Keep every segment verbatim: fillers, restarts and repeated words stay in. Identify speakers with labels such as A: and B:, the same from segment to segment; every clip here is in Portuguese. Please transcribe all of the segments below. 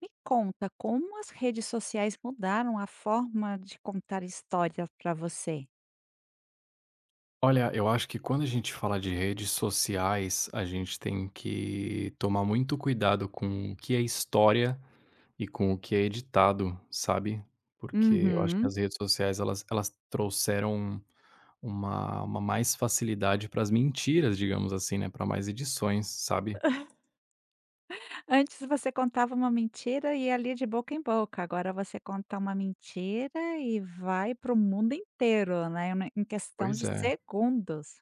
A: Me conta, como as redes sociais mudaram a forma de contar história para você?
B: Olha, eu acho que quando a gente fala de redes sociais, a gente tem que tomar muito cuidado com o que é história e com o que é editado, sabe? Porque eu acho que
A: Uhum.
B: as redes sociais elas, elas trouxeram uma, uma mais facilidade para as mentiras, digamos assim, né? Para mais edições, sabe?
A: Antes você contava uma mentira e ia ali de boca em boca, agora você conta uma mentira e vai para o mundo inteiro, né, na em questão
B: Pois
A: de
B: é,
A: segundos.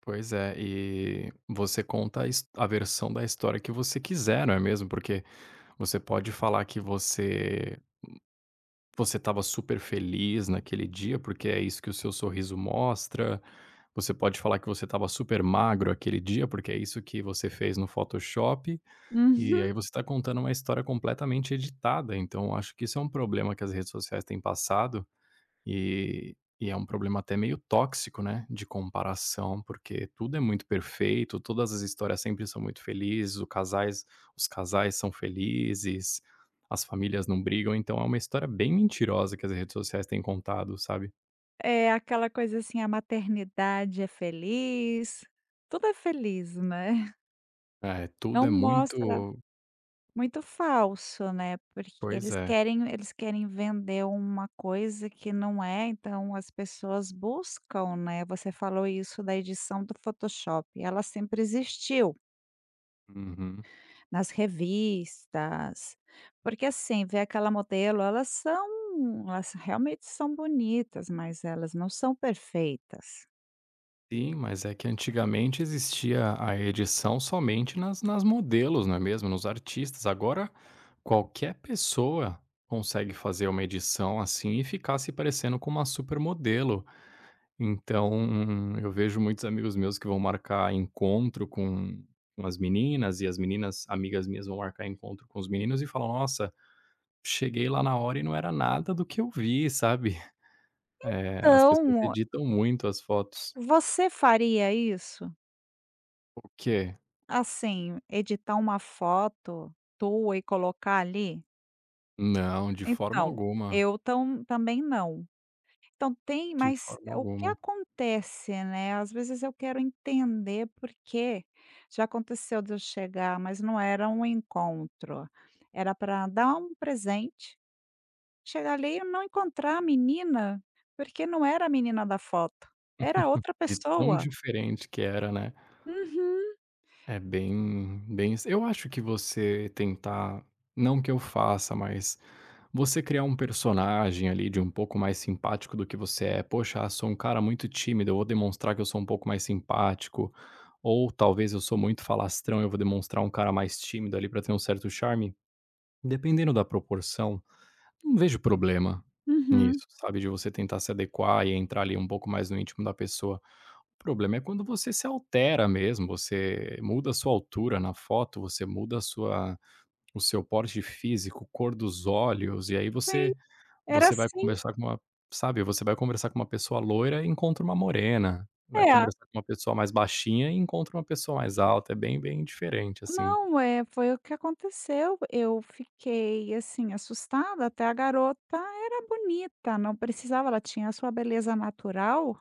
B: pois é. E você conta a his- a versão da história que você quiser, não é mesmo? Porque você pode falar que você Você estava super feliz naquele dia, porque é isso que o seu sorriso mostra. Você pode falar que você estava super magro aquele dia, porque é isso que você fez no Photoshop, e
A: Uhum.
B: aí você está contando uma história completamente editada. Então, acho que isso é um problema que as redes sociais têm passado, e e é um problema até meio tóxico, né, de comparação, porque tudo é muito perfeito, todas as histórias sempre são muito felizes, os casais os casais são felizes, as famílias não brigam, então é uma história bem mentirosa que as redes sociais têm contado, sabe.
A: É aquela coisa assim, a maternidade é feliz, tudo é feliz, né.
B: É, tudo
A: Não
B: é
A: mostra.
B: muito
A: Muito falso, né, porque
B: pois
A: eles
B: é.
A: querem eles querem vender uma coisa que não é, então as pessoas buscam, né. Você falou isso da edição do Photoshop, ela sempre existiu
B: Uhum.
A: nas revistas, porque, assim, vê aquela modelo, elas são elas realmente são bonitas, mas elas não são perfeitas.
B: Sim, mas é que antigamente existia a edição somente nas nas modelos, não é mesmo, nos artistas. Agora qualquer pessoa consegue fazer uma edição assim e ficar se parecendo com uma supermodelo. Então, eu vejo muitos amigos meus que vão marcar encontro com com as meninas e as meninas amigas minhas vão marcar encontro com os meninos e falam: "Nossa, cheguei lá na hora e não era nada do que eu vi", sabe. Eh, as pessoas
A: Então,
B: editam muito as fotos.
A: você faria isso?
B: O quê?
A: Assim, editar uma foto tua e colocar ali?
B: Não, de forma
A: Então,
B: alguma,
A: eu tam também não. Então tem,
B: de
A: mas
B: forma
A: o que
B: alguma.
A: acontece, né, às vezes eu quero entender porque já aconteceu de eu chegar, mas não era um encontro, era para dar um presente, chegar ali e não encontrar a menina, porque não era a menina da foto, era outra
B: De tão
A: pessoa.
B: diferente que era, né.
A: Uhum,
B: É bem bem eu acho que você tentar não que eu faça, mas você criar um personagem ali de um pouco mais simpático do que você é. "Poxa, ah, sou um cara muito tímido, eu vou demonstrar que eu sou um pouco mais simpático", ou talvez "eu sou muito falastrão, eu vou demonstrar um cara mais tímido ali para ter um certo charme", dependendo da proporção. Não vejo problema
A: uhum.
B: nisso, sabe, de você tentar se adequar e entrar ali um pouco mais no íntimo da pessoa. O problema é quando você se altera mesmo, você muda a sua altura na foto, você muda a sua o seu porte físico, cor dos olhos, e aí
A: Sim,
B: você
A: era
B: você vai
A: assim
B: conversar com uma sabe, você vai conversar com uma pessoa loira e encontra uma morena, vai
A: é.
B: conversar com uma pessoa mais baixinha e encontra uma pessoa mais alta, é bem, bem diferente, assim.
A: Não, é, foi o que aconteceu. Eu fiquei, assim, assustada, até a garota era bonita, não precisava, ela tinha a sua beleza natural,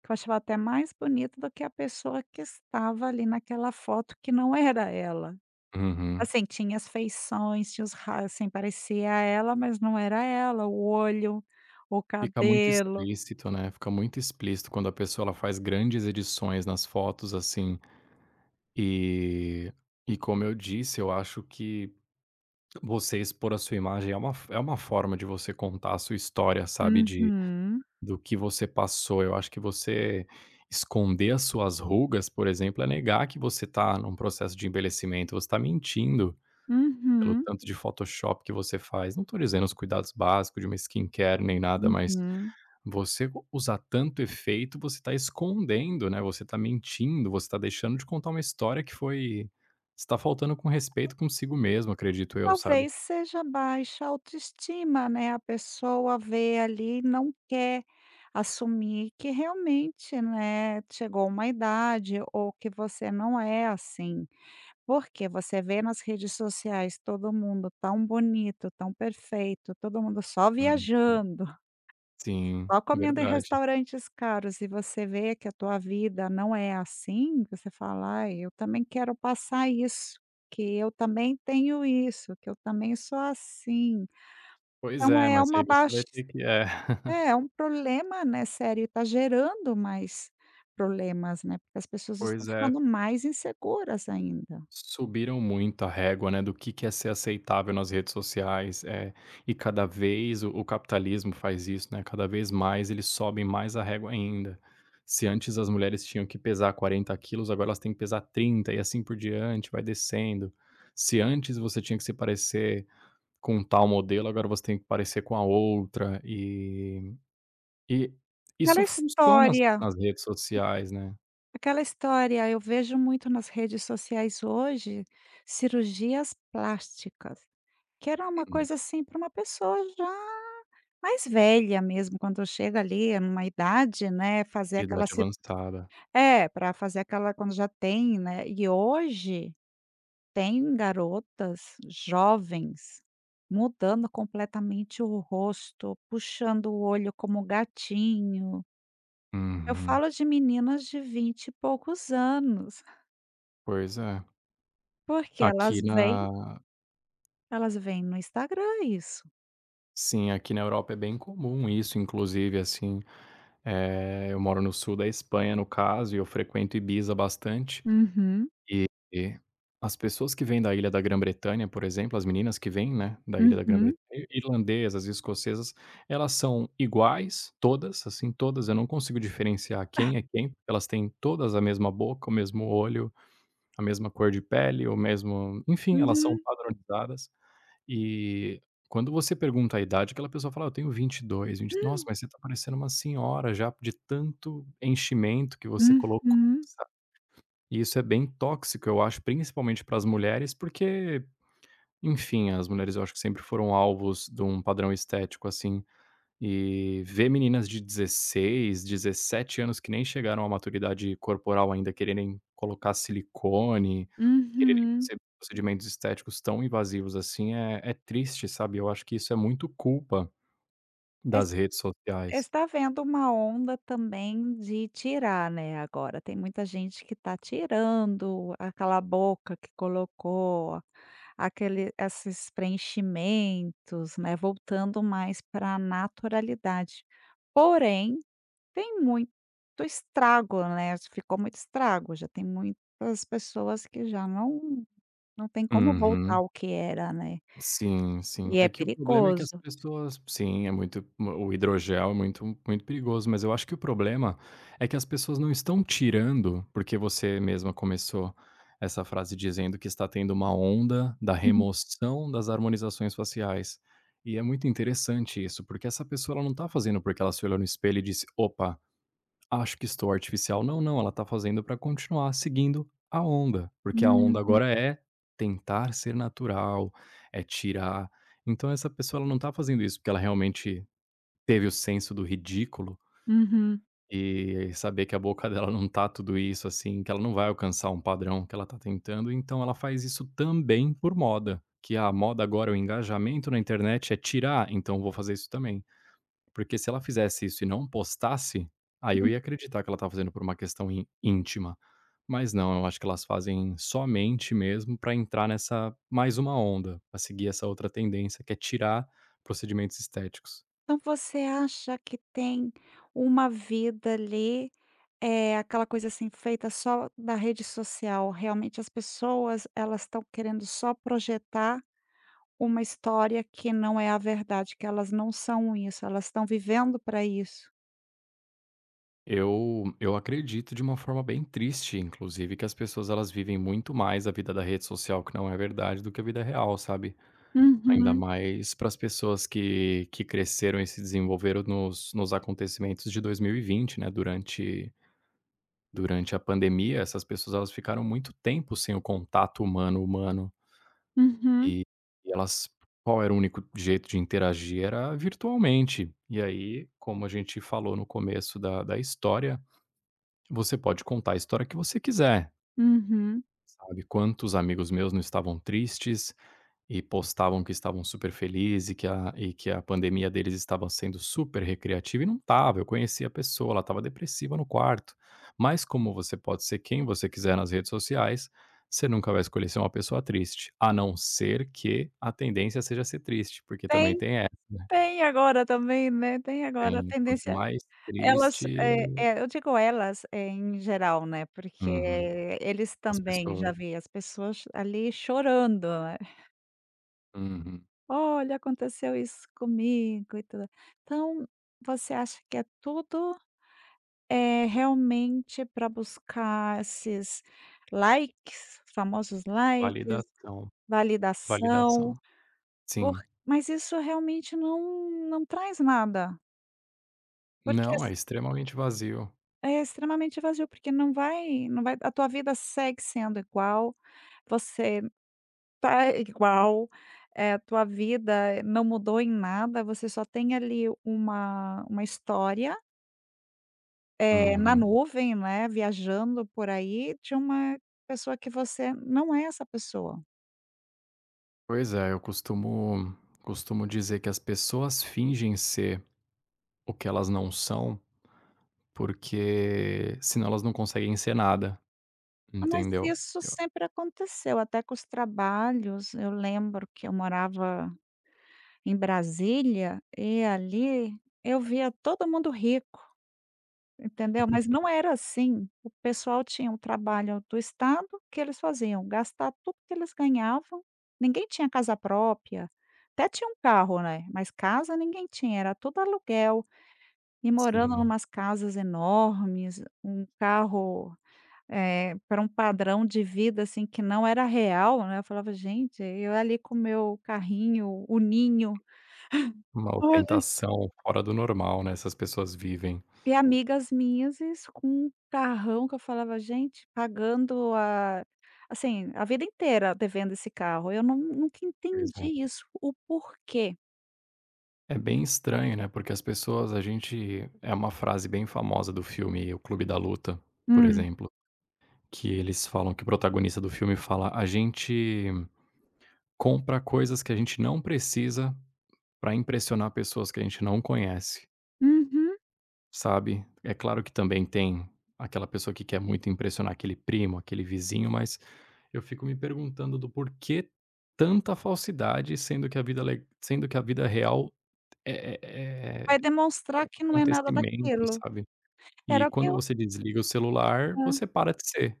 A: que eu achava até mais bonita do que a pessoa que estava ali naquela foto que não era ela.
B: Uhum.
A: Assim, tinha as feições, tinha os ra assim, parecia ela, mas não era ela, o olho, o
B: Fica muito
A: cabelo.
B: explícito, né, fica muito explícito quando a pessoa ela faz grandes edições nas fotos, assim, e e como eu disse, eu acho que você expor a sua imagem é uma é uma forma de você contar a sua história, sabe, de
A: Uhum,
B: do que você passou. Eu acho que você esconder as suas rugas, por exemplo, é negar que você tá num processo de envelhecimento, você tá mentindo pelo
A: uhum,
B: tanto de Photoshop que você faz. Não tô dizendo os cuidados básicos de uma skincare nem nada, mas
A: uhum.
B: você u usar tanto efeito, você está escondendo, né, você está mentindo, você está deixando de contar uma história que foi você está faltando com respeito consigo mesmo, acredito eu, sabe.
A: Talvez seja baixa autoestima, né, a pessoa vê ali e não quer assumir que realmente, né, chegou uma idade ou que você não é assim. Porque você vê nas redes sociais todo mundo tão bonito, tão perfeito, todo mundo só
B: Uhum.
A: viajando.
B: Sim,
A: Só comendo em
B: verdade.
A: restaurantes caros e você vê que a tua vida não é assim, você fala: "Ai, eu também quero passar isso, que eu também tenho isso, que eu também sou assim".
B: Pois
A: Então
B: é,
A: é
B: mas
A: uma
B: aí você vai
A: baixa
B: ter que é.
A: É, é um problema, né, sério, e tá gerando mais problemas, né, porque as pessoas estão
B: Pois é.
A: ficando mais inseguras ainda.
B: Subiram muito a régua, né, do que que é ser aceitável nas redes sociais, é e cada vez o o capitalismo faz isso, né, cada vez mais eles sobem mais a régua ainda. Se antes as mulheres tinham que pesar quarenta quilos, agora elas têm que pesar trinta e assim por diante, vai descendo. Se antes você tinha que se parecer com um tal modelo, agora você tem que parecer com a outra e e
A: Aquela
B: isso funciona nas
A: história
B: nas redes sociais, né.
A: Aquela história, eu vejo muito nas redes sociais hoje, cirurgias plásticas. Que era uma
B: Uhum.
A: coisa, assim, para uma pessoa já mais velha mesmo, quando chega ali numa idade, né, fazer
B: De
A: aquela
B: idade
A: cir
B: avançada.
A: é, para fazer aquela quando já tem, né. E hoje tem garotas jovens mudando completamente o rosto, puxando o olho como gatinho. Eu
B: Uhum.
A: falo de meninas de vinte e poucos anos,
B: Pois é.
A: porque
B: Aqui
A: elas
B: na
A: vêm elas vêm no Instagram isso.
B: Sim, aqui na Europa é bem comum isso, inclusive, assim, eh, eu moro no sul da Espanha, no caso, e eu frequento Ibiza bastante,
A: Uhum,
B: e e as pessoas que vêm da ilha da Grã-Bretanha, por exemplo, as meninas que vêm, né, da ilha da
A: uhum,
B: Grã-Bretanha, irlandesas, escocesas, elas são iguais, todas, assim, todas, eu não consigo diferenciar quem é quem, elas têm todas a mesma boca, o mesmo olho, a mesma cor de pele, o mesmo enfim, elas são
A: uhum,
B: padronizadas. E quando você pergunta a idade, aquela pessoa fala: "Ah, eu tenho vinte e dois, vinte". "Nossa, mas você tá parecendo uma senhora já de tanto enchimento que você colocou",
A: uhum.
B: sabe. E isso é bem tóxico, eu acho, principalmente para as mulheres, porque, enfim, as mulheres eu acho que sempre foram alvos de um padrão estético, assim. E ver meninas de dezesseis, dezessete anos que nem chegaram à maturidade corporal ainda quererem colocar silicone, quererem
A: Uhum.
B: fazer procedimentos estéticos tão invasivos assim é é triste, sabe. Eu acho que isso é muito culpa
A: Es
B: das redes sociais.
A: Está havendo uma onda também de tirar, né, agora. Tem muita gente que está tirando aquela boca que colocou, aquele esses preenchimentos, né, voltando mais pra naturalidade. Porém, tem muito estrago, né, ficou muito estrago, já tem muitas pessoas que já não não tem como voltar
B: Uhum.
A: ao que era, né,
B: Sim, sim.
A: e
B: É
A: é
B: que o problema é que as
A: perigoso.
B: pessoas sim, é muito o hidrogel é muito muito perigoso, mas eu acho que o problema é que as pessoas não estão tirando, porque você mesma começou essa frase dizendo que está tendo uma onda da
A: Uhum.
B: remoção das harmonizações faciais. E é muito interessante isso, porque essa pessoa ela não está fazendo porque ela se olhou no espelho e disse: "Opa, acho que estou artificial". Não, não, ela está fazendo para continuar seguindo a onda, porque a onda
A: Uhum.
B: agora é tentar ser natural, é tirar. Então essa pessoa ela não está fazendo isso porque ela realmente teve o senso do ridículo
A: Uhum.
B: e saber que a boca dela não tá tudo isso, assim, que ela não vai alcançar um padrão que ela tá tentando, então ela faz isso também por moda, que a moda agora, o engajamento na internet é tirar, então vou fazer isso também. Porque se ela fizesse isso e não postasse, aí eu ia acreditar que ela estava fazendo por uma questão in íntima. Mas não, eu acho que elas fazem somente mesmo para entrar nessa mais uma onda, para seguir essa outra tendência que é tirar procedimentos estéticos.
A: Então você acha que tem uma vida ali, é aquela coisa assim feita só da rede social, realmente as pessoas elas estão querendo só projetar uma história que não é a verdade, que elas não são isso, elas estão vivendo para isso?
B: Eu eu acredito de uma forma bem triste, inclusive, que as pessoas elas vivem muito mais a vida da rede social, que não é verdade, do que a vida real, sabe. Ainda
A: Uhum,
B: mais para as pessoas que que cresceram e se desenvolveram nos nos acontecimentos de dois mil e vinte, né, durante. Durante a pandemia, essas pessoas elas ficaram muito tempo sem o contato humano humano,
A: uhum,
B: e e elas qual era o único jeito de interagir? Era virtualmente. E aí, como a gente falou no começo da da história, você pode contar a história que você quiser,
A: uhum.
B: sabe. Quantos amigos meus não estavam tristes, e postavam que estavam super felizes e que a e que a pandemia deles estava sendo super recreativa e não estava, eu conheci a pessoa, ela estava depressiva no quarto. Mas como você pode ser quem você quiser nas redes sociais, você nunca vai escolher ser uma pessoa triste, a não ser que a tendência seja ser triste, porque também
A: Tem
B: tem essa, né,
A: Tem agora também, né, tem agora a
B: tem quanto
A: tendência.
B: mais
A: Elas
B: triste
A: é é, eu digo elas, eh, em geral, né, porque
B: uhum,
A: eles
B: as
A: também,
B: pessoas
A: já vi as pessoas ali chorando, né.
B: uhum.
A: "Olha, aconteceu isso comigo e tudo". Então, você acha que é tudo, eh, realmente para buscar esses likes, famosos likes,
B: Validação,
A: validação,
B: validação.
A: por
B: Sim.
A: mas isso realmente não não traz nada, porque
B: Não, é extremamente vazio.
A: é extremamente vazio, porque não vai não vai a tua vida segue sendo igual, você tá igual, eh, tua vida não mudou em nada, você só tem ali uma uma história, eh, na
B: Uhum.
A: nuvem, né, viajando por aí, de uma pessoa que você não é essa pessoa.
B: Pois é, eu costumo costumo dizer que as pessoas fingem ser o que elas não são, porque senão elas não conseguem ser nada,
A: Ah, mas
B: entendeu?
A: isso
B: Eu
A: sempre aconteceu, até com os trabalhos, eu lembro que eu morava em Brasília, e ali eu via todo mundo rico. Entendeu? Mas não era assim. O pessoal tinha um trabalho do estado que eles faziam, gastar tudo que eles ganhavam. Ninguém tinha casa própria, até tinha um carro, né, mas casa ninguém tinha, era tudo aluguel e morando
B: assim,
A: numas casas enormes, um carro, eh, para um padrão de vida, assim, que não era real, né, eu falava: "Gente, eu ali com o meu carrinho, o ninho".
B: uma ostentação fora do normal, né, essas pessoas vivem.
A: E amigas minhas, isso com um carrão que eu falava: "Gente, pagando a assim, a vida inteira devendo esse carro". Eu não Nunca
B: Pois é.
A: entendi isso, o porquê.
B: É bem estranho, né, porque as pessoas a gente é uma frase bem famosa do filme O Clube da Luta, por
A: Hum.
B: exemplo, que eles falam que o protagonista do filme fala: "A gente compra coisas que a gente não precisa para impressionar pessoas que a gente não conhece",
A: Uhum.
B: sabe. É claro que também tem aquela pessoa que quer muito impressionar aquele primo, aquele vizinho, mas eu fico me perguntando do porquê tanta falsidade, sendo que a vida le sendo que a vida real é é
A: Vai
B: é é um
A: demonstrar que não é nada
B: acontecimento,
A: daquilo.
B: sabe. E
A: Era o que
B: quando
A: eu
B: você desliga o celular,
A: Hã,
B: você para de ser.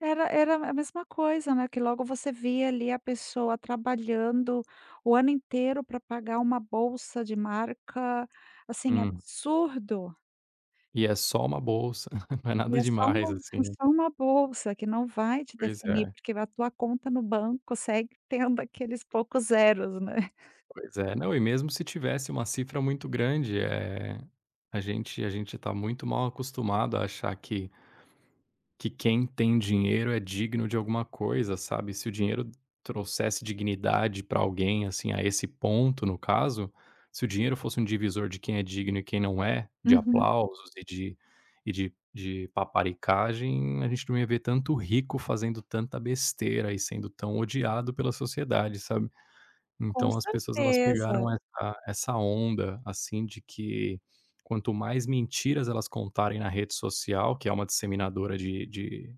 A: era era a mesma coisa, né, que logo você via ali a pessoa trabalhando o ano inteiro para pagar uma bolsa de marca, assim,
B: Hum,
A: absurdo.
B: e é só uma bolsa, não é nada
A: E é só uma
B: demais, assim.
A: é
B: Né?
A: só uma bolsa que não vai te
B: Pois
A: definir,
B: é.
A: porque a tua conta no banco segue tendo aqueles poucos zeros, né.
B: Pois é. Não, e mesmo se tivesse uma cifra muito grande, é a gente a gente está muito mal acostumado a achar que que quem tem dinheiro é digno de alguma coisa, sabe. Se o dinheiro trouxesse dignidade para alguém, assim, a esse ponto no caso, se o dinheiro fosse um divisor de quem é digno e quem não é, de
A: Uhum.
B: aplausos e de e de de paparicagem, a gente não ia ver tanto rico fazendo tanta besteira e sendo tão odiado pela sociedade, sabe.
A: Com
B: Então as pessoas elas pegaram
A: certeza.
B: essa essa onda, assim, de que quanto mais mentiras elas contarem na rede social, que é uma disseminadora de de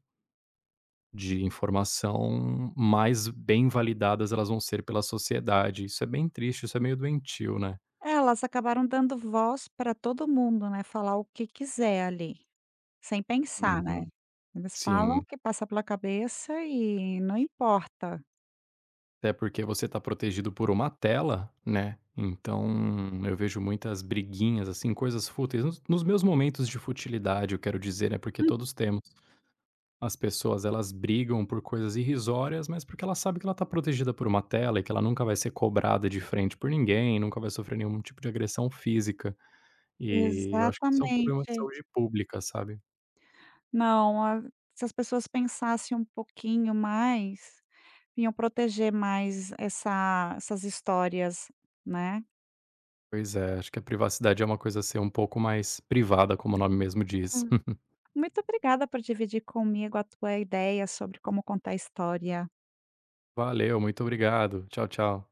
B: de informação, mais bem validadas elas vão ser pela sociedade. Isso é bem triste, isso é meio doentio, né.
A: Elas acabaram dando voz para todo mundo, né, falar o que quiser ali, sem pensar,
B: Uhum.
A: né. Eles falam o
B: Sim.
A: que passa pela cabeça e não importa.
B: Até porque você está protegido por uma tela, né, então eu vejo muitas briguinhas, assim, coisas fúteis, nos nos meus momentos de futilidade, eu quero dizer, né, porque
A: Hum.
B: todos temos. As pessoas elas brigam por coisas irrisórias, mas porque ela sabe que ela está protegida por uma tela e que ela nunca vai ser cobrada de frente por ninguém, nunca vai sofrer nenhum tipo de agressão física. E eu acho que isso é um problema de
A: Exatamente.
B: saúde pública, sabe.
A: Não, a Se as pessoas pensassem um pouquinho mais, vinham proteger mais essa essas histórias, né.
B: Pois é, acho que a privacidade é uma coisa a ser um pouco mais privada, como o nome mesmo diz.
A: Hum. Muito obrigada por dividir comigo a tua ideia sobre como contar história.
B: Valeu, muito obrigado. Tchau, tchau.